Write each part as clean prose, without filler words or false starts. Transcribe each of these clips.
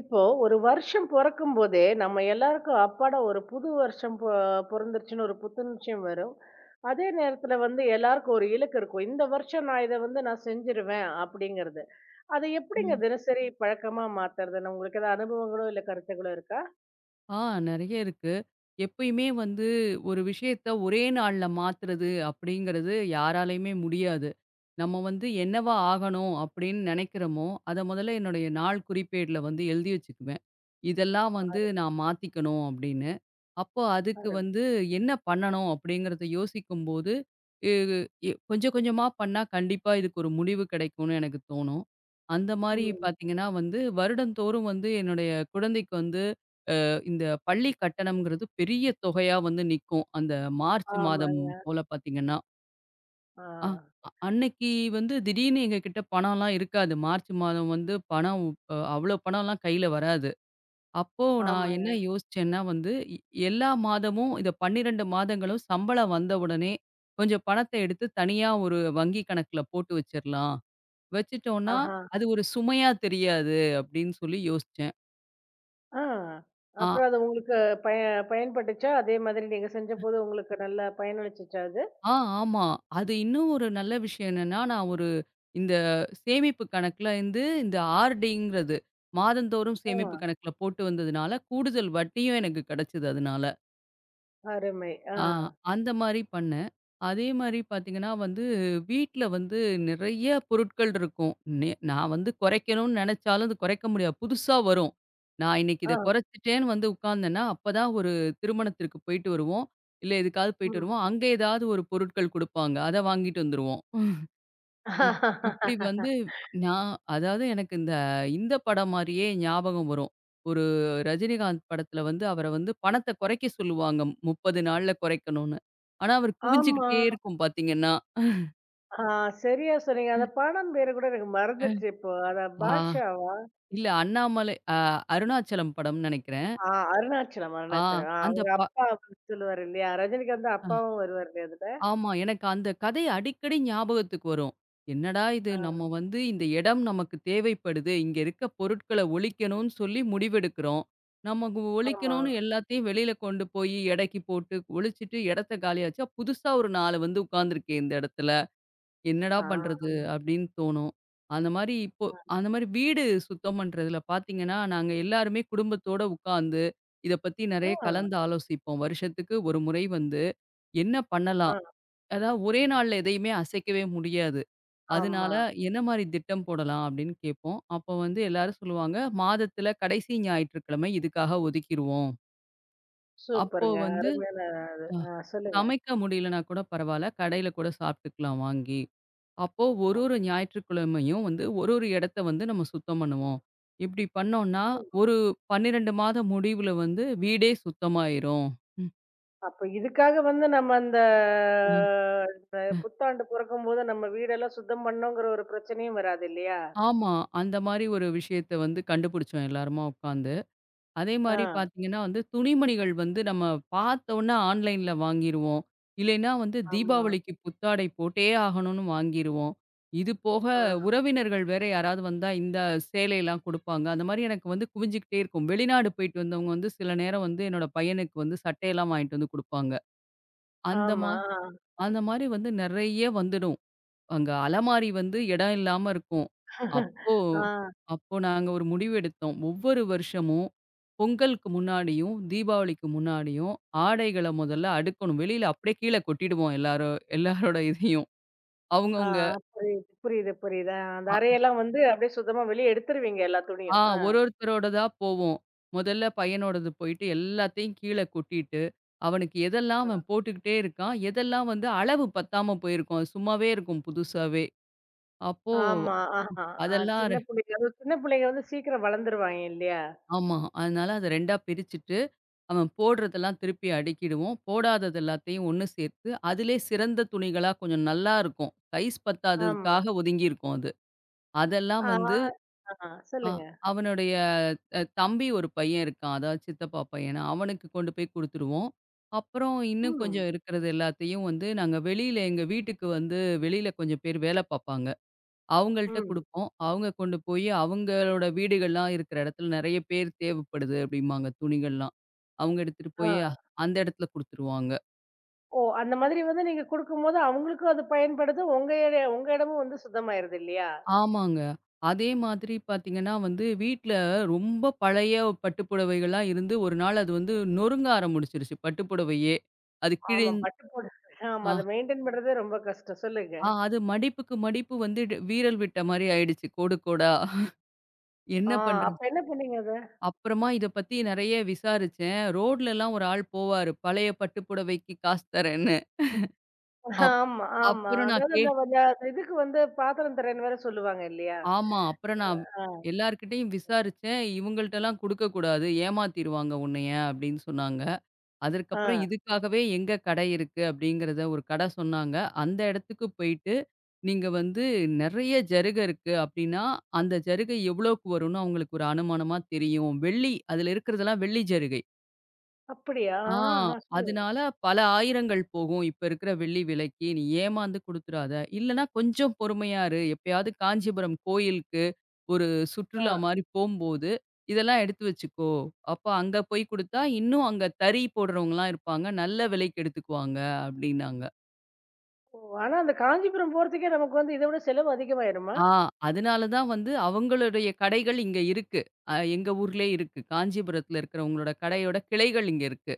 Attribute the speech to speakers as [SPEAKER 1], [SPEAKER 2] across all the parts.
[SPEAKER 1] இப்போ ஒரு வருஷம் பிறக்கும் போதே நம்ம எல்லாருக்கும் அப்பாடா ஒரு புது வருஷம் பிறந்துருச்சுன்னு ஒரு புத்துணர்ச்சியும் வரும். அதே நேரத்துல வந்து எல்லாருக்கும் ஒரு இலக்கு இருக்கும், இந்த வருஷம் நான் இதை நான் செஞ்சிருவேன் அப்படிங்கிறது. அதை எப்படிங்க
[SPEAKER 2] ம்.
[SPEAKER 1] தினசரி பழக்கமா மாத்துறதுன்னு உங்களுக்கு ஏதாவது அனுபவங்களோ இல்ல கருத்துகளோ இருக்கா?
[SPEAKER 2] ஆ, நெறைய இருக்கு. எப்பயுமே வந்து ஒரு விஷயத்த ஒரே நாள்ல மாத்துறது அப்படிங்கிறது யாராலயுமே முடியாது. நம்ம வந்து என்னவா ஆகணும் அப்படின்னு நெனைக்கிறோமோ, அத முதல்ல என்னுடைய நாள் குறிப்பேடுல வந்து எழுதி வச்சுக்குவேன். இதெல்லாம் வந்து நான் மாத்திக்கணும் அப்படின்னு. அப்போ அதுக்கு
[SPEAKER 1] ஆரம்பி-
[SPEAKER 2] வந்து என்ன பண்ணணும் அப்படிங்கிறத யோசிக்கும்போது, எ எ கொஞ்சம் கொஞ்சமா பண்ணா கண்டிப்பா இதுக்கு ஒரு முடிவு கிடைக்கும்னு எனக்கு தோணும். அந்த மாரி
[SPEAKER 1] ம்,
[SPEAKER 2] பார்த்தீங்கன்னா வந்து வருடந்தோறும் வந்து என்னுடைய குழந்தைக்கு வந்து இந்த பள்ளி கட்டணம்ங்கிறது பெரிய தொகையா வந்து நிக்கும். அந்த மார்ச் மாதம்
[SPEAKER 1] ஆமாங்க.
[SPEAKER 2] போல பார்த்தீங்கன்னா.
[SPEAKER 1] ஆ,
[SPEAKER 2] ஆ, அன்னைக்கு வந்து திடீர்னு எங்ககிட்ட பணம்லாம் இருக்காது. மார்ச் மாதம் வந்து பணம் அவ்ளோ பணம்லாம் கையில வராது. அப்போ நான்
[SPEAKER 1] ஆமாங்க.
[SPEAKER 2] என்ன யோசிச்சேன்னா வந்து, எ எல்லா மாதமும் இந்த 12 மாதங்களும் சம்பளம் வந்த உடனே கொஞ்சம் பணத்த எடுத்து தனியா ஒரு வங்கி கணக்குல போட்டு வச்சிரலாம். வச்சுட்டோம்னா,
[SPEAKER 1] ஆஹா.
[SPEAKER 2] அது ஒரு சுமையா தெரியாது அப்படின்னு சொல்லி யோசிச்சேன்.
[SPEAKER 1] ஆ.
[SPEAKER 2] ஆ,
[SPEAKER 1] அப்புறம் அது உங்களுக்கு பய பயன்பட்டுச்சா? அதே மாதிரி நீங்க செஞ்ச போது உங்களுக்கு நல்லா பயனளிச்சுச்சா அது?
[SPEAKER 2] ஆ, ஆமா. அது இன்னும் ஒரு நல்ல விஷயம் என்னன்னா, நான் ஒரு இந்த சேமிப்பு கணக்குல இருந்து இந்த ஆர்டிங்கிறது மாதந்தோறும் சேமிப்பு
[SPEAKER 1] ஆ,
[SPEAKER 2] கணக்குல போட்டு வந்ததுனால, கூடுதல் வட்டியும் எனக்கு கிடைச்சது அதனால.
[SPEAKER 1] அருமை. ஆ.
[SPEAKER 2] ஆ, அந்த மாரி பண்ணேன். அதே மாரி பார்த்தீங்கன்னா வந்து, வீட்ல வந்து நிறைய பொருட்கள் இருக்கும். நான் வந்து குறைக்கணும்னு நெனச்சாலும் அது குறைக்க முடியாது. புதுசா வரும். நான் இன்னைக்கு
[SPEAKER 1] ஆ.
[SPEAKER 2] இத குறைச்சுட்டேன்னு வந்து உட்கார்ந்தேன்னா, அப்பதான் ஒரு திருமணத்திற்கு போயிட்டு வருவோம். இல்ல எதுக்காவது போயிட்டு
[SPEAKER 1] ம்.
[SPEAKER 2] வருவோம். அங்க ஏதாவது ஒரு பொருட்கள் குடுப்பாங்க. அத வாங்கிட்டு வந்துருவோம். இப் இப்டி வந்து நான் அதாவது எனக்கு இந்த இந்த படம் மாரியே ஞாபகம் வரும். ஒரு ரஜினிகாந்த் படத்துல வந்து அவர வந்து பணத்த குறைக்க சொல்லுவாங்க. 30 நாள்ல குறைக்கணும்னு. ஆனா அவர்
[SPEAKER 1] ஆமா.
[SPEAKER 2] குவிஞ்சுகிட்டே இருக்கும் பார்த்தீங்கன்னா.
[SPEAKER 1] ஆ, சரியா சொன்னீங்க. அந்த படம் பேரு கூட எனக்கு
[SPEAKER 2] அ
[SPEAKER 1] மறந்துருச்சு இப்போ. அத
[SPEAKER 2] ஆ
[SPEAKER 1] பாட்ஷாவா?
[SPEAKER 2] இல்ல, அண்ணாமலை அருணாச்சலம் படம்னு நெனைக்கிறேன்.
[SPEAKER 1] ஆ, அருணாச்சலம்,
[SPEAKER 2] ஆ,
[SPEAKER 1] அருணாச்சலம். ஆ,
[SPEAKER 2] அந்த
[SPEAKER 1] அவங்க
[SPEAKER 2] ப
[SPEAKER 1] அப்பா வந்து சொல்லுவாரு இல்லையா? ரஜினிகாந்த் அப்பாவும் வருவாரு இல்லையா அதுல?
[SPEAKER 2] ஆமா, எனக்கு அந்த கதை அடிக்கடி ஞாபகத்துக்கு வரும். என்னடா இது
[SPEAKER 1] ஆ.
[SPEAKER 2] நம்ம வந்து இந்த இடம் நமக்கு தேவைப்படுது. இங்க இருக்க பொருட்கள ஒழிக்கணும்னு சொல்லி முடிவெடுக்கிறோம். நமக்கு
[SPEAKER 1] ஆமா.
[SPEAKER 2] ஒழிக்கணும்னு எல்லாத்தையும் வெளியில கொண்டு போய் எடைக்கு போட்டு ஒழிச்சுட்டு இடத்த காலியாச்சா, புதுசா ஒரு 4 வந்து உட்காந்துருக்கே இந்த இடத்துல. என்னடா
[SPEAKER 1] ஆ.
[SPEAKER 2] பண்றது? அப்படின்னு தோணும். அந்த மாரி இப்போ
[SPEAKER 1] ஆ.
[SPEAKER 2] அந்த மாரி வீடு சுத்தம் பண்றதுல பார்த்தீங்கன்னா, நாங்க எல்லாருமே குடும்பத்தோட உட்காந்து இத பத்தி நெறைய கலந்து ஆலோசிப்போம். வருஷத்துக்கு ஒரு முறை வந்து என்ன
[SPEAKER 1] ஆ.
[SPEAKER 2] பண்ணலாம்? அதாவது ஒரே நாள்ல எதையுமே அசைக்கவே முடியாது.
[SPEAKER 1] ஆமா.
[SPEAKER 2] அதனால என்ன மாரி திட்டம் போடலாம் அப்படின்னு கேட்போம். அப்போ வந்து எல்லாரும் சொல்லுவாங்க, மாதத்துல கடைசி ஞாயிற்றுக்கிழமை இதுக்காக ஒதுக்கிருவோம். அப்போ
[SPEAKER 1] சூப்பருங்க.
[SPEAKER 2] வந்து
[SPEAKER 1] அருமையான இது.
[SPEAKER 2] அ
[SPEAKER 1] ஆ, சொல்லுங்க.
[SPEAKER 2] சமைக்க முடியலன்னா கூட பரவால்ல. கடையில கூட சாப்பிட்டுக்கலாம் வாங்கி. அப்போ ஒரு ஒரு ஞாயிற்றுக்கிழமையும் வந்து ஒரு ஒரு இடத்த வந்து நம்ம சுத்தம் பண்ணுவோம். இப்படி பண்ணோம்னா, ஒரு 12 மாத முடிவுல வந்து வீடே சுத்தமாயிரும். ம்.
[SPEAKER 1] அப்ப இதுக்காக வந்து நம்ம அந்த
[SPEAKER 2] அ,
[SPEAKER 1] இந்த
[SPEAKER 2] அ.
[SPEAKER 1] புத்தாண்டு பொறக்கும்போது நம்ம வீடெல்லாம் சுத்தம் பண்ணோங்கிற ஒரு பிரச்சனையும் வராது இல்லையா?
[SPEAKER 2] ஆமா, அந்த மாரி ஒரு விஷயத்த வந்து கண்டுபிடிச்சோம் எல்லாருமா உட்காந்து. அதே
[SPEAKER 1] ஆ.
[SPEAKER 2] மாரி பார்த்தீங்கன்னா வந்து, துணிமணிகள் வந்து நம்ம பார்த்தோன்னே ஆன்லைன்ல வாங்கிருவோம். இல்லைன்னா வந்து
[SPEAKER 1] ஆமா.
[SPEAKER 2] தீபாவளிக்கு புத்தாடை போட்டே ஆகணும்னு வாங்கிருவோம். இது போக
[SPEAKER 1] ஆ.
[SPEAKER 2] உறவினர்கள் வேற யாராவது வந்தா இந்த சேலையெல்லாம் குடுப்பாங்க. அந்த மாரி எனக்கு வந்து குவிஞ்சுக்கிட்டே இருக்கும். வெளிநாடு போயிட்டு வந்தவங்க வந்து சில நேரம் வந்து என்னோட பையனுக்கு வந்து சட்டையெல்லாம் வாங்கிட்டு வந்து குடுப்பாங்க. அந்த மா
[SPEAKER 1] ஆமா.
[SPEAKER 2] அந்த மாரி வந்து நெறைய வந்துடும். அங்க அலமாரி வந்து இடம் இல்லாம இருக்கும். அப்போ,
[SPEAKER 1] ஆ,
[SPEAKER 2] அப்போ நாங்க ஒரு முடிவு எடுத்தோம். ஒவ்வொரு வருஷமும் பொங்கலுக்கு முன்னாடியும், தீபாவளிக்கு முன்னாடியும் ஆடைகள முதல்ல அடுக்கணும். வெளியில அப்படியே கீழ கொட்டிடுவோம் எல்லாரும் எல்லாரோட இதையும்.
[SPEAKER 1] ஆ.
[SPEAKER 2] அவங்கவங்க
[SPEAKER 1] புரியுது, புரியுது, புரியுது. அ, அந்த
[SPEAKER 2] அ
[SPEAKER 1] அறையெல்லாம் வந்து அப்படியே சுத்தமா வெளிய எடுத்துருவீங்க எல்லா
[SPEAKER 2] ஆ
[SPEAKER 1] துணியும். ஆ.
[SPEAKER 2] ஒரு ஒருத்தரோடதா போவோம். முதல்ல பையனோடது போயிட்டு எல்லாத்தையும் கீழ கொட்டிட்டு, அவனுக்கு எதெல்லாம் அவன் போட்டுக்கிட்டே இருக்கான், எதெல்லாம் வந்து அளவு பத்தாம போயிருக்கும். அது சும்மாவே இருக்கும் புதுசாவே. அப்போ
[SPEAKER 1] ஆமா. ஆஹா. அ,
[SPEAKER 2] அதெல்லாம்
[SPEAKER 1] சின்ன பிள்ளைங்க, அதுவும் சின்ன பிள்ளைங்க வந்து சீக்கிரம் வளர்ந்துருவாங்க இல்லையா?
[SPEAKER 2] ஆமா. அதனால அத 2ஆ பிரிச்சுட்டு, அவன் போடுறதெல்லாம் திருப்பி அடுக்கிடுவோம். போடாதது எல்லாத்தையும் ஒண்ணு சேர்த்து, அதிலே சிறந்த துணிகளா கொஞ்சம் நல்லா இருக்கும். சைஸ்
[SPEAKER 1] ஆமா.
[SPEAKER 2] பத்தாததுக்காக ஒதுங்கியிருக்கும் அது. அதெல்லாம்
[SPEAKER 1] ஆ.
[SPEAKER 2] வந்து
[SPEAKER 1] ஆ,
[SPEAKER 2] அ
[SPEAKER 1] சொல்லுங்க.
[SPEAKER 2] அவனுடைய அ தம்பி ஒரு பையன் இருக்கான். அதாவது சித்தப்பா பையன். அவனுக்கு கொண்டு போய் குடுத்துருவோம். அப்புறம் இன்னும்
[SPEAKER 1] ம்.
[SPEAKER 2] கொஞ்சம் இருக்கிறது எல்லாத்தையும் வந்து நாங்க வெளியில எங்க வீட்டுக்கு வந்து வெளியில கொஞ்சம் பேர் வேல பாப்பாங்க. அவங்கள்ட்ட
[SPEAKER 1] ம்.
[SPEAKER 2] குடுப்போம். அவங்க கொண்டு போய் அவங்களோட வீடுகள்லாம் இருக்கிற இடத்துல நெறைய பேர் தேவைப்படுது அப்படிம்பாங்க துணிகள்லாம். அவங்க எடுத்துட்டு
[SPEAKER 1] ஆ.
[SPEAKER 2] போய் அந்த இடத்துல குடுத்துருவாங்க.
[SPEAKER 1] ஓ! அந்த மாதிரி வந்து நீங்க குடுக்கும்போது அவங்களுக்கும் அது பயன்படுது. உங்க இடமும் வந்து சுத்தமாயிருது இல்லையா?
[SPEAKER 2] ஆமாங்க. அதே மாதிரி பார்த்தீங்கன்னா வந்து வீட்ல ரொம்ப பழைய பட்டு புடவைகள்லாம் இருந்து ஒரு நாள் அது வந்து நொறுங்க ஆரம்பிச்சிருச்சு பட்டு புடவையே. அது
[SPEAKER 1] ஆமா.
[SPEAKER 2] கிழிஞ்
[SPEAKER 1] பட்டு போட. ஆமா.
[SPEAKER 2] ஆ,
[SPEAKER 1] அத மெயின்டெயின் பண்றதே ரொம்ப கஷ்டம். சொல்லுங்க.
[SPEAKER 2] ஆ, அது மடிப்புக்கு மடிப்பு வந்து வீரல் விட்ட மாரி ஆயிடுச்சு கோடு கோடா. என்ன
[SPEAKER 1] ஆ,
[SPEAKER 2] பண்றது?
[SPEAKER 1] அப்ப என்ன பண்ணீங்க அத?
[SPEAKER 2] அப்புறமா இத பத்தி நெறைய விசாரிச்சேன். ரோட்லலாம் ஒரு ஆள் போவாரு. பழைய பட்டு புடவைக்கு காசு தரேன்னு. அப்
[SPEAKER 1] ஆமா, ஆமா.
[SPEAKER 2] அப்புறம் நான்
[SPEAKER 1] அதாவது
[SPEAKER 2] கே
[SPEAKER 1] அந்த இதுக்கு வந்து பாத்திரம் தரேன்னு வேற சொல்லுவாங்க இல்லையா?
[SPEAKER 2] ஆமா, அப்புறம் நான்
[SPEAKER 1] ஆ,
[SPEAKER 2] எல்லார்கிட்டயும் விசாரிச்சேன். இவங்கள்ட்டலாம் குடுக்கக்கூடாது. ஏமாத்திருவாங்க உன்னைய அப்டின்னு சொன்னாங்க.
[SPEAKER 1] ஆ.
[SPEAKER 2] அதற்கப்புறம் இதுக்காகவே எங்க கடை இருக்கு அப்டிங்கிறத ஒரு கடை சொன்னாங்க. அந்த இடத்துக்கு போயிட்டு, நீங்க வந்து நெறைய ஜருக இருக்கு அப்டின்னா, அந்த ஜருகை எவ்வளோக்கு வரும்னு அவங்களுக்கு ஒரு அனுமானமா தெரியும். வெள்ளி அதுல இருக்கிறதெல்லாம் வெள்ளி ஜருகை.
[SPEAKER 1] அப்படியா?
[SPEAKER 2] ஆ,
[SPEAKER 1] ஆஹா, சொல்லுங்க.
[SPEAKER 2] அதனால பல ஆயிரங்கள் போகும் இப்ப இருக்கிற வெள்ளி விலைக்கு. நீ ஏமாந்து குடுத்துறாத. இல்லன்னா கொஞ்சம் பொறுமையா இரு. எப்பயாவது காஞ்சிபுரம் கோயிலுக்கு ஒரு
[SPEAKER 1] ஆ.
[SPEAKER 2] சுற்றுலா மாரி போம்போது, இதெல்லாம் எடுத்து வச்சுக்கோ. அப்ப அங்க போய் குடுத்தா இன்னும் அங்க தறி போடுறவங்கலாம் இருப்பாங்க. நல்ல விலைக்கு எடுத்துக்குவாங்க அப்டின்னாங்க.
[SPEAKER 1] ஆனா அந்த காஞ்சிபுரம் போறதுக்கே நமக்கு வந்து இத விட செலவு அதிகமாயிருமா?
[SPEAKER 2] ஆ, அதனால தான் வந்து அவங்களுடைய கடைகள் இங்க இருக்கு. எங்க ஊர்லயே இருக்கு. காஞ்சிபுரத்துல இருக்கிறவங்களோட கடையோட கிளைகள் இங்க இருக்கு.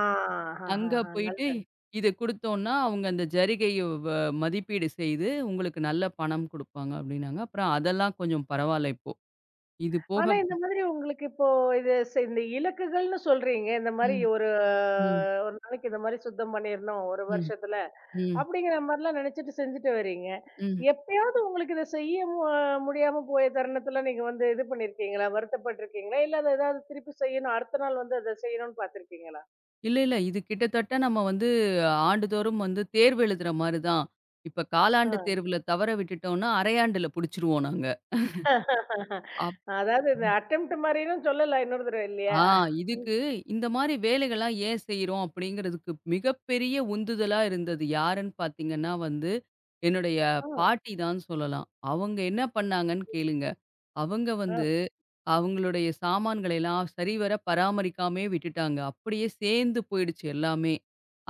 [SPEAKER 1] ஆ, ஹஹஹ.
[SPEAKER 2] அங்க போயிட்டு
[SPEAKER 1] நல்ல.
[SPEAKER 2] இத குடுத்தோம்னா, அவங்க அந்த ஜரிகைய வ மதிப்பீடு செய்து, உங்களுக்கு நல்ல பணம் குடுப்பாங்க அப்டின்னாங்க. அப்புறம் அதெல்லாம் கொஞ்சம் பரவால்ல இப்போ. இது போக
[SPEAKER 1] ஆனா இந்த மாதிரி உங்களுக்கு இப்போ இந்த இலக்குகள்னு சொல்றீங்க, இந்த மாதிரி
[SPEAKER 2] ம்,
[SPEAKER 1] ஒரு
[SPEAKER 2] ம்,
[SPEAKER 1] ஒரு நாளைக்கு இந்த மாதிரி சுத்தம் பண்ணிடணும் ஒரு
[SPEAKER 2] ம்,
[SPEAKER 1] வருஷத்துல
[SPEAKER 2] ம்,
[SPEAKER 1] அப்படிங்கிற மாதிரிலாம் நினைச்சிட்டு செஞ்சுட்டு வர்றீங்க.
[SPEAKER 2] ம்.
[SPEAKER 1] எப்பயாவது உங்களுக்கு இதை செய்ய முடியாம போய தருணத்துல நீங்க வந்து இது பண்ணிருக்கீங்களா? வருத்தப்பட்டிருக்கீங்களா? இல்ல அதை ஏதாவது திருப்பி செய்யணும், அடுத்த நாள் வந்து அதை செய்யணும்னு பாத்திருக்கீங்களா?
[SPEAKER 2] இல்ல, இல்ல. இது கிட்டத்தட்ட நம்ம வந்து ஆண்டுதோறும் வந்து தேர்வு எழுதுற மாரி தான். இப்ப காலாண்டு
[SPEAKER 1] ஆ.
[SPEAKER 2] தேர்வுல தவற விட்டுட்டோம்னா, அரையாண்டுல புடிச்சுருவோம் நாங்க.
[SPEAKER 1] அதாவது இந்த அட்டெம்ட் மாதிரின்னு சொல்லலாம், இன்னொரு தடவை இல்லையா?
[SPEAKER 2] ஆ, இதுக்கு இந்த மாரி வேலைகள்லாம் ஏன் செய்றோம்? அப்படிங்கிறதுக்கு மிகப்பெரிய உந்துதலா இருந்தது யாருன்னு பார்த்தீங்கன்னா வந்து, என்னுடைய
[SPEAKER 1] ஆ,
[SPEAKER 2] பாட்டி தான் சொல்லலாம். அவங்க என்ன பண்ணாங்கன்னு கேளுங்க. அவங்க
[SPEAKER 1] ஆ,
[SPEAKER 2] வந்து அவங்களுடைய சாமான்களை எல்லாம் சரிவர பராமரிக்காமயே விட்டுட்டாங்க. அப்படியே சேர்ந்து போயிடுச்சு எல்லாமே.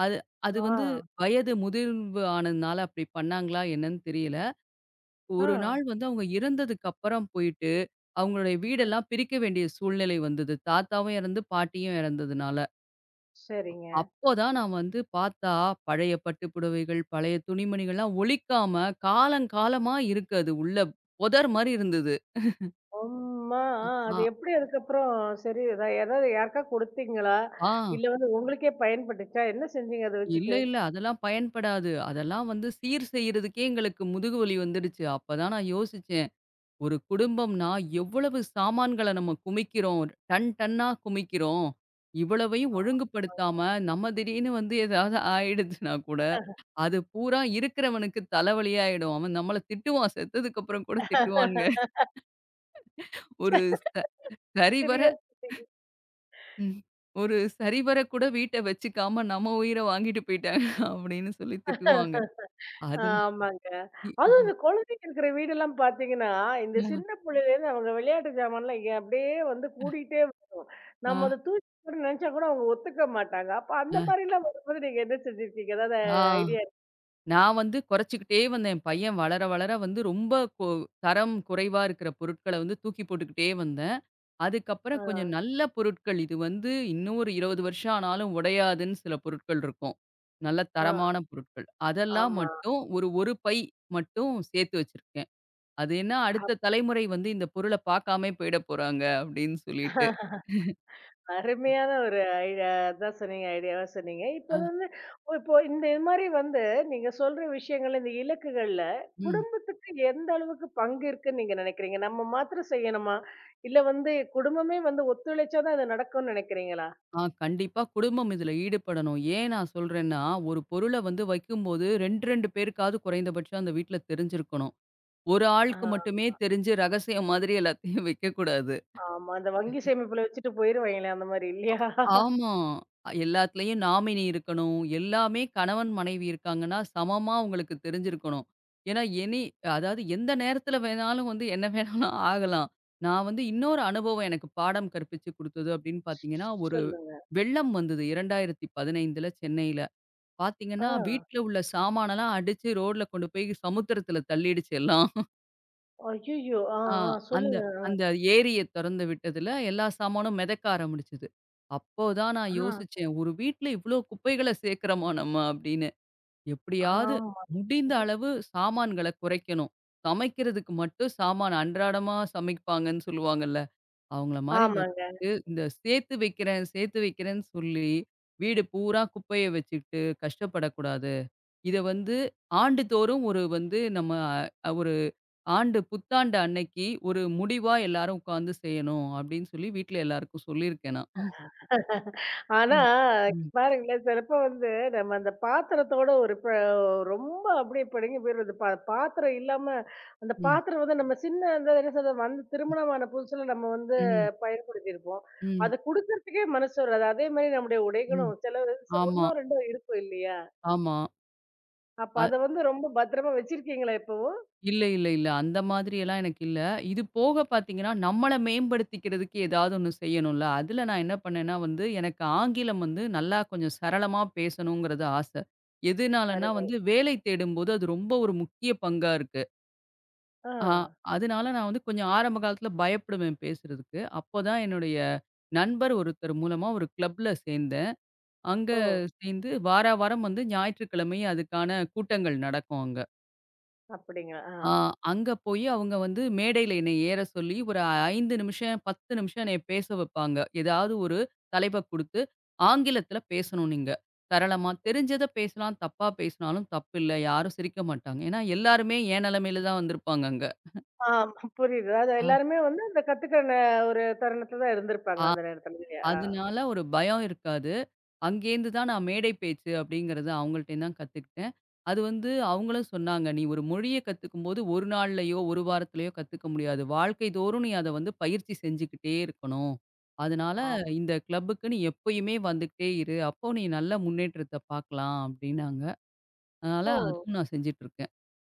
[SPEAKER 2] அது அது
[SPEAKER 1] ஆ,
[SPEAKER 2] வந்து வயது முதிர்வு ஆனதுனால அப்படி பண்ணாங்களா என்னன்னு தெரியல.
[SPEAKER 1] ஆ,
[SPEAKER 2] ஒரு நாள் வந்து அவங்க இறந்ததுக்கு அப்புறம் போயிட்டு அவங்களுடைய வீடெல்லாம் பிரிக்க வேண்டிய சூழ்நிலை வந்தது. தாத்தாவும் இறந்து, பாட்டியும் இறந்ததுனால.
[SPEAKER 1] சரிங்க.
[SPEAKER 2] அப்போதான் நான் வந்து பார்த்தா, பழைய பட்டு புடவைகள், பழைய துணிமணிகள்லாம் ஒழிக்காம, காலங்காலமா இருக்கு அது உள்ள. புதர் மாரி இருந்தது.
[SPEAKER 1] அம்மா!
[SPEAKER 2] ஆ,
[SPEAKER 1] அது எப்படி அதுக்கப்புறம்? சரி, எதா யாராவது யாருக்கா குடுத்தீங்களா?
[SPEAKER 2] ஆ,
[SPEAKER 1] இல்ல வந்து உங்களுக்கே பயன்பட்டுச்சா? என்ன செஞ்சீங்க அத
[SPEAKER 2] இல்ல,
[SPEAKER 1] வச்சுட்டு?
[SPEAKER 2] இல்ல. அதெல்லாம் பயன்படாது. அதெல்லாம் வந்து சீர் செய்றதுக்கே எங்களுக்கு முதுகு வலி வந்துடுச்சு. அப்பதான் நான் யோசிச்சேன். ஒரு குடும்பம்னா எவ்வளவு சாமான்கள நம்ம குமிக்கிறோம். டன் டன்னா குமிக்கிறோம். இவ்வளவையும்
[SPEAKER 1] ஆமாங்க.
[SPEAKER 2] ஒழுங்குபடுத்தாம நம்ம திடீர்னு வந்து ஏதாவது ஆயிடுச்சுனா கூட, அது பூரா இருக்கிறவனுக்கு தலைவலியாயிடும். அவன் நம்மள திட்டுவான். செத்ததுக்கு அப்புறம் கூட திட்டுவான்ங்க. ஒரு ச சரிவர
[SPEAKER 1] சரியா சொன்னீங்க.
[SPEAKER 2] ம். ஒரு சரிவர கூட வீட்ட வச்சுக்காம நம்ம உயிர வாங்கிட்டு போயிட்டாங்க அப்படின்னு சொல்லி திட்டுவாங்க. அதுன
[SPEAKER 1] ஆமாங்க.
[SPEAKER 2] இ
[SPEAKER 1] அதுவும் இந்த குழந்தைங்க இருக்கிற வீடெல்லாம் பார்த்தீங்கன்னா, இந்த
[SPEAKER 2] அ.
[SPEAKER 1] சின்ன புள்ளையிலேருந்து அவங்க விளையாட்டு ஜாமான்லாம் இங்க அப்படியே வந்து கூடிட்டே வரும்.
[SPEAKER 2] ஆ.
[SPEAKER 1] நம்ம அத தூக்கி போடணும்னு நெனச்சா கூட அவங்க ஒத்துக்க மாட்டாங்க. அப்ப அந்த
[SPEAKER 2] ஆ.
[SPEAKER 1] மாரிலாம் வரும்போது நீங்க என்ன செஞ்சிருக்கீங்க? ஏதாவது
[SPEAKER 2] ஆ.
[SPEAKER 1] ஐடியா?
[SPEAKER 2] நான் வந்து குறைச்சுக்கிட்டே வந்தேன். என் பையன் வளர, வளர வந்து ரொம்ப கொ தரம் குறைவா இருக்கிற பொருட்கள வந்து தூக்கி போட்டுக்கிட்டே வந்தேன்.
[SPEAKER 1] ஆ,
[SPEAKER 2] அதுக்கப்புறம் கொஞ்சம் நல்ல பொருட்கள் இது வந்து இன்னும் ஒரு 20 வருஷம் ஆனாலும் உடையாதுன்னு சில பொருட்கள் இருக்கும். நல்ல
[SPEAKER 1] ஆ,
[SPEAKER 2] தரமான பொருட்கள். அதெல்லாம்
[SPEAKER 1] ஆமா.
[SPEAKER 2] மட்டும் ஒரு பை மட்டும் சேர்த்து வச்சிருக்கேன். அது ஏன்னா அடுத்த தலைமுறை வந்து இந்த பொருள பார்க்காமயே போயிட போறாங்க அப்படின்னு சொல்லிட்டு.
[SPEAKER 1] அருமையான ஒரு ஐடியா தான் சொன்னீங்க. ஐடியாவா சொன்னீங்க. இப்ப
[SPEAKER 2] அ.
[SPEAKER 1] அது வந்து ஓ, இப்போ இந்த மாரி வந்து நீங்க சொல்ற விஷயங்கள் இந்த இலக்குகள்ல
[SPEAKER 2] ம்.
[SPEAKER 1] குடும்பத்துக்கு எந்த அளவுக்கு பங்கு இருக்குன்னு நீங்க நினைக்கிறீங்க? நம்ம மாத்திரம் செய்யணுமா? இல்ல வந்து குடும்பமே வந்து ஒத்துழைச்சா தான் அது நடக்கும்னு நினைக்கிறீங்களா?
[SPEAKER 2] ஆ, கண்டிப்பா குடும்பம் இதுல ஈடுபடணும். ஏன் நான் சொல்றேன்னா, ஒரு பொருள வந்து வைக்கும்போது 2, 2 பேருக்காவது குறைந்தபட்சம் அந்த வீட்ல தெரிஞ்சிருக்கணும். ஒரு
[SPEAKER 1] ஆ.
[SPEAKER 2] ஆளுக்கு மட்டுமே தெரிஞ்சு ரகசியம் மாதிரி எல்லாத்தையும் வைக்கக்கூடாது.
[SPEAKER 1] ஆமா. அந்த வங்கி சேமிப்புல வச்சுட்டு போயிருவாங்களே அந்த மாரி இல்லையா?
[SPEAKER 2] ஆமா, எல்லாத்துலயும் நாமினி இருக்கணும். எல்லாமே கணவன், மனைவி இருக்காங்கன்னா, சமமா அவங்களுக்கு தெரிஞ்சிருக்கணும். ஏன்னா, எனி அதாவது எந்த நேரத்துல வேணாலும் வந்து என்ன வேணாலும் ஆகலாம். நான் வந்து இன்னொரு அனுபவம் எனக்கு பாடம் கற்பிச்சு குடுத்தது அப்படின்னு பார்த்தீங்கன்னா, ஒரு
[SPEAKER 1] சொல்லுங்க.
[SPEAKER 2] வெள்ளம் வந்தது 2015ல சென்னையில.
[SPEAKER 1] ஆ.
[SPEAKER 2] பாத்தீங்கன்னா, வீட்ல உள்ள சாமானெல்லாம் அடிச்சு ரோட்ல கொண்டு போய் சமுத்திரத்துல தள்ளிடுச்சு எல்லாம்.
[SPEAKER 1] ஐய்யய்யோ! ஆ,
[SPEAKER 2] ஆ,
[SPEAKER 1] ஆ.
[SPEAKER 2] அந்த
[SPEAKER 1] சொல்லுங்க.
[SPEAKER 2] அந்த ஏரிய தொறந்து விட்டதுல எல்லா சாமானும் மிதக்க ஆரம்பிச்சது. அப்போ தான் நான்
[SPEAKER 1] ஆ.
[SPEAKER 2] யோசிச்சேன், "ஒரு வீட்ல இவ்ளோ குப்பைகள சேர்க்கிறோமா நம்ம?" அப்படின்னு. எப்படியாவது
[SPEAKER 1] ஆமா.
[SPEAKER 2] முடிந்த அளவு சாமான்கள குறைக்கணும். சமைக்கிறதுக்கு மட்டும் சாமான் அன்றாடமா சமைப்பாங்கன்னு சொல்லுவாங்கல்ல. அவங்கள மாரி
[SPEAKER 1] ஆமாங்க.
[SPEAKER 2] வச்சுட்டு, இந்த சேர்த்து வைக்கிறேன், சேர்த்து வைக்கிறேன்னு சொல்லி, வீடு பூரா குப்பைய வச்சுக்கிட்டு கஷ்டப்படக்கூடாது. இத வந்து ஆண்டுதோறும் ஒரு வந்து நம்ம ஒரு ஆண்டு புத்தாண்டு அன்னைக்கு ஒரு முடிவா எல்லாரும் உட்காந்து செய்யணும் அப்டின்னு சொல்லி வீட்ல எல்லாருக்கும் சொல்லியிருக்கேன் நான்.
[SPEAKER 1] ஆனா,
[SPEAKER 2] ம், ம்,
[SPEAKER 1] பாருங்களேன் சிலப்போ வந்து நம்ம அந்த பாத்திரத்தோட ஒரு ப ரொம்ப அப்படியே பிடுங்கி போயிரும். அது பாத்திரம் இல்லாம அந்த
[SPEAKER 2] ம்,
[SPEAKER 1] பாத்திரம் வந்து நம்ம சின்ன அந்த என்ன சொல்றது, வந்து திருமணமான புதுசுல நம்ம வந்து
[SPEAKER 2] ம்,
[SPEAKER 1] பயன்படுத்தியிருப்போம்.
[SPEAKER 2] ம்,
[SPEAKER 1] அத குடுக்கறதுக்கே மனசு வராது. அதே மாரி நம்முடைய
[SPEAKER 2] ம்.
[SPEAKER 1] உடைகளும் சில
[SPEAKER 2] ஆமா,
[SPEAKER 1] 1னோ 2ஓ இருக்கும் இல்லையா?
[SPEAKER 2] ஆமா.
[SPEAKER 1] அப்ப
[SPEAKER 2] அ
[SPEAKER 1] அத வந்து ரொம்ப பத்திரமா வச்சிருக்கீங்களா இப்பவும்?
[SPEAKER 2] இல்ல, இல்ல, இல்ல. அந்த மாதிரி எல்லாம் எனக்கு இல்ல. இது போக பார்த்தீங்கன்னா, நம்மள மேம்படுத்திக்கிறதுக்கு ஏதாவது ஒண்ணு செய்யணும்ல. அதுல நான் என்ன பண்ணேன்னா வந்து, எனக்கு ஆங்கிலம் வந்து நல்லா கொஞ்சம் சரளமா பேசணுங்கிறது ஆச. எதுனாலன்னா
[SPEAKER 1] அருமை.
[SPEAKER 2] வந்து, வேலை தேடும்போது அது ரொம்ப ஒரு முக்கிய பங்கா இருக்கு.
[SPEAKER 1] ஆ.
[SPEAKER 2] ஆ, அதனால நான் வந்து கொஞ்சம் ஆரம்ப காலத்துல பயப்படுவேன் பேசுறதுக்கு. அப்பதான் என்னுடைய நண்பர் ஒருத்தர் மூலமா ஒரு கிளப்ல சேர்ந்தேன். அங்க
[SPEAKER 1] ஓ!
[SPEAKER 2] சேர்ந்து வாரா வாரம் வந்து ஞாயிற்றுக்கிழமை அதுக்கான கூட்டங்கள் நடக்கும் அங்க.
[SPEAKER 1] அப்படிங்களா? ஆ.
[SPEAKER 2] ஆ, அங்க போயி அவங்க வந்து மேடையில என்னை ஏற சொல்லி, ஒரு 5 நிமிஷம், 10 நிமிஷம் என்னைய பேச வைப்பாங்க. ஏதாவது ஒரு தலைப்ப குடுத்து, ஆங்கிலத்தில பேசணும் நீங்க. சரளமா தெரிஞ்சத பேசலாம், தப்பா பேசினாலும் தப்பில்ல. யாரும் சிரிக்க மாட்டாங்க. ஏன்னா எல்லாருமே என் நிலைமையில தான் வந்திருப்பாங்க அங்க.
[SPEAKER 1] ஆமா, புரியுது. அதாவது
[SPEAKER 2] ஆ.
[SPEAKER 1] எல்லாருமே வந்து அத கத்துக்கிற ஒரு தருணத்துல தான் இருந்திருப்பாங்க
[SPEAKER 2] ஆ,
[SPEAKER 1] அந்த நேரத்துல இல்லையா?
[SPEAKER 2] அதனால ஒரு பயம் இருக்காது. அங்கேருந்து தான் நான் மேடை பேச்சு அப்படிங்கிறது அவங்கள்ட்டேருந்து தான் கத்துக்கிட்டேன். அது வந்து அவங்களும் சொன்னாங்க, "நீ ஒரு மொழிய கத்துக்கும்போது 1 நாள்லயோ, 1 வாரத்திலயோ கத்துக்க முடியாது. வாழ்க்கை தோறும் நீ அத வந்து பயிற்சி செஞ்சுக்கிட்டே இருக்கணும். அதனால
[SPEAKER 1] ஆ.
[SPEAKER 2] இந்த கிளப்புக்கு நீ எப்பயுமே வந்துகிட்டே இரு. அப்போ நீ நல்ல முன்னேற்றத்த பார்க்கலாம்" அப்படின்னாங்க. அதனால
[SPEAKER 1] ஓ!
[SPEAKER 2] அதுவும் நான் செஞ்சுட்டு இருக்கேன்.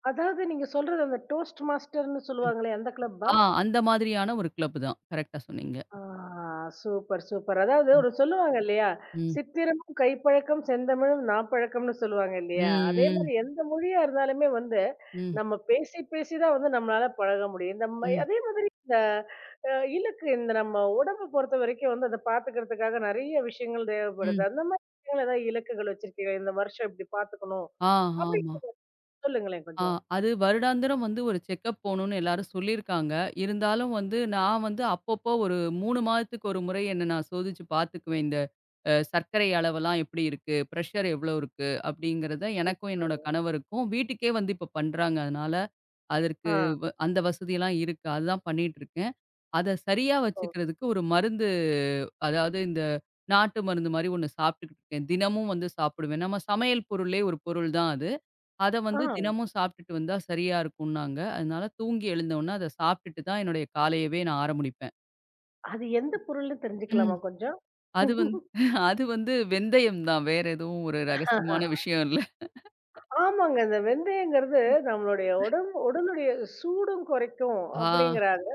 [SPEAKER 1] அதாவது நீங்க சொல்றது அந்த டோஸ்ட் மாஸ்டர்ன்னு
[SPEAKER 2] ம்.
[SPEAKER 1] சொல்லுவாங்களே அந்த கிளப்பா?
[SPEAKER 2] ஆ, அந்த மாதிரியான ஒரு கிளப் தான். கரெக்ட்டா சொன்னீங்க.
[SPEAKER 1] ஆ, சூப்பர், சூப்பர். அதாவது
[SPEAKER 2] ம்.
[SPEAKER 1] ஒரு சொல்லுவாங்க இல்லையா?
[SPEAKER 2] ம்.
[SPEAKER 1] "சித்திரமும் கைப்பழக்கம் செந்தமிழும் நாப்பழக்கம்னு" சொல்லுவாங்க
[SPEAKER 2] ம்.
[SPEAKER 1] இல்லையா? அதே
[SPEAKER 2] ம்.
[SPEAKER 1] மாரி எந்த மொழியா இருந்தாலுமே வந்து,
[SPEAKER 2] ம்.
[SPEAKER 1] நம்ம பேசி பேசி தான் வந்து நம்மளால பழக முடியும். இந்த ம
[SPEAKER 2] ம்.
[SPEAKER 1] அதே மாரி இந்த அ இலக்கு, இந்த நம்ம உடம்ப பொறுத்த வரைக்கும் வந்து அத பாத்துக்கிறதுக்காக நெறைய விஷயங்கள் தேவைப்படுது.
[SPEAKER 2] ம்.
[SPEAKER 1] அந்த மாரி விஷயங்கள் ஏதாவது இலக்குகள் வச்சிருக்கீங்களா? இந்த வருஷம் இப்படி பாத்துக்கணும்
[SPEAKER 2] ஆ, ஆமா.
[SPEAKER 1] அப்படின்னு சொல்லுங்களேன்
[SPEAKER 2] ஆ,
[SPEAKER 1] கொஞ்சம்.
[SPEAKER 2] அது வருடாந்திரம் வந்து ஒரு செக்கப் போணும்னு எல்லாரும் சொல்லியிருக்காங்க. இருந்தாலும் வந்து நான் வந்து அப்பப்போ ஒரு 3 மாதத்துக்கு ஒரு முறை என்ன நான் சோதிச்சு பார்த்துக்குவேன். இந்த சர்க்கரை அளவெல்லாம் எப்படி இருக்கு? பிரஷர் எவ்வளோ இருக்கு? அப்படிங்கிறத எனக்கும் என்னோட
[SPEAKER 1] சூப்பருங்க.
[SPEAKER 2] கணவருக்கும் வீட்டுக்கே வந்து இப்ப பண்றாங்க. அதனால அதற்கு
[SPEAKER 1] ஆ.
[SPEAKER 2] அந்த வசதியெல்லாம் இருக்கு. அதுதான் பண்ணிட்டு இருக்கேன். அத சரியா
[SPEAKER 1] ஓ.
[SPEAKER 2] வச்சுக்கிறதுக்கு ஒரு மருந்து அதாவது இந்த நாட்டு மருந்து மாரி ஒண்ணு சாப்பிட்டுக்கிட்டு இருக்கேன். தினமும் வந்து சாப்பிடுவேன். நம்ம சமையல் பொருள்லயே ஒரு பொருள் தான் அது. அத
[SPEAKER 1] ஆ.
[SPEAKER 2] வந்து தினமும் சாப்பிட்டுட்டு வந்தா சரியா இருக்கும்னாங்க. அதனால தூங்கி எழுந்தவுனே அத சாப்பிட்டுட்டு தான் என்னுடைய காலையவே நான் ஆரம்பிப்பேன்.
[SPEAKER 1] அது எந்த பொருள்னு
[SPEAKER 2] ம்.
[SPEAKER 1] தெரிஞ்சுக்கலாமா கொஞ்சம்?
[SPEAKER 2] அது வந்து அது வந்து வெந்தயம் தான். வேற எதுவும் ஒரு ரகசியமான
[SPEAKER 1] ஆஹா.
[SPEAKER 2] விஷயம் இல்ல.
[SPEAKER 1] ஆமாங்க. இந்த வெந்தயங்கிறது நம்மளுடைய உடம்பு உடலுடைய சூடும் குறைக்கும்
[SPEAKER 2] ஆ,
[SPEAKER 1] அப்படிங்கிறாங்க.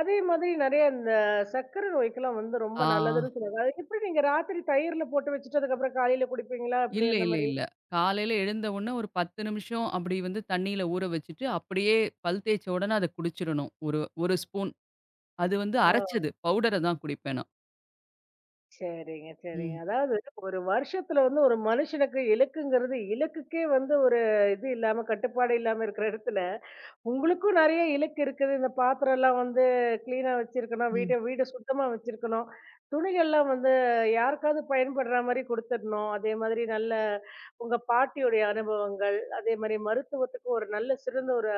[SPEAKER 1] அதே மாதிரி நெறைய இந்த சர்க்கரை நோய்க்கெல்லாம் வந்து ரொம்ப
[SPEAKER 2] ஆ.
[SPEAKER 1] நல்லதுன்னு சொல்றாங்க. அது எப்படி நீங்க ராத்திரி தயிர்ல போட்டு வச்சுட்டு அதுக்கப்புறம் காலையில குடிப்பீங்களா? அப்படி
[SPEAKER 2] இல்ல,
[SPEAKER 1] அந்த
[SPEAKER 2] இல்ல,
[SPEAKER 1] மாரி?
[SPEAKER 2] இல்ல. காலையில எழுந்தவுனே ஒரு 10 நிமிஷம் அப்படி வந்து தண்ணீல ஊற வச்சுட்டு, அப்படியே பல் தேய்ச்ச உடனே அத குடிச்சிரணும். ஒரு 1 ஸ்பூன். அது வந்து
[SPEAKER 1] ஓ!
[SPEAKER 2] அரைச்சது. பவுடர தான் குடிப்பேன் நான்.
[SPEAKER 1] சரிங்க, சரிங்க.
[SPEAKER 2] ம்,
[SPEAKER 1] அதாவது ஒரு வருஷத்துல வந்து ஒரு மனுஷனுக்கு இலக்குங்கிறது இலக்குக்கே வந்து ஒரு இது இல்லாம, கட்டுப்பாடு இல்லாம இருக்கிற இடத்துல உங்களுக்கும் நெறைய இலக்கு இருக்குது. இந்த பாத்திரம்லாம் வந்து கிளீனா வச்சிருக்கணும்.
[SPEAKER 2] ம்.
[SPEAKER 1] வீட்ட வீடு சுத்தமா வச்சிருக்கணும். துணிகள்லாம் வந்து யாருக்காவது பயன்படுற மாரி குடுத்துடணும். அதே மாதிரி நல்ல உங்க பாட்டியுடைய அனுபவங்கள், அதே மாரி மருத்துவத்துக்கு ஒரு நல்ல சிறந்த ஒரு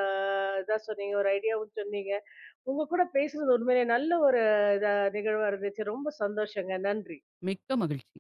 [SPEAKER 1] இதா சொன்னீங்க. ஒரு ஐடியாவும் சொன்னீங்க. உங்க கூட பேசுனது உண்மையிலேயே நல்ல ஒரு இதா நிகழ்வா இருந்துச்சு. ரொம்ப சந்தோஷங்க. நன்றி.
[SPEAKER 2] மிக்க மகிழ்ச்சி.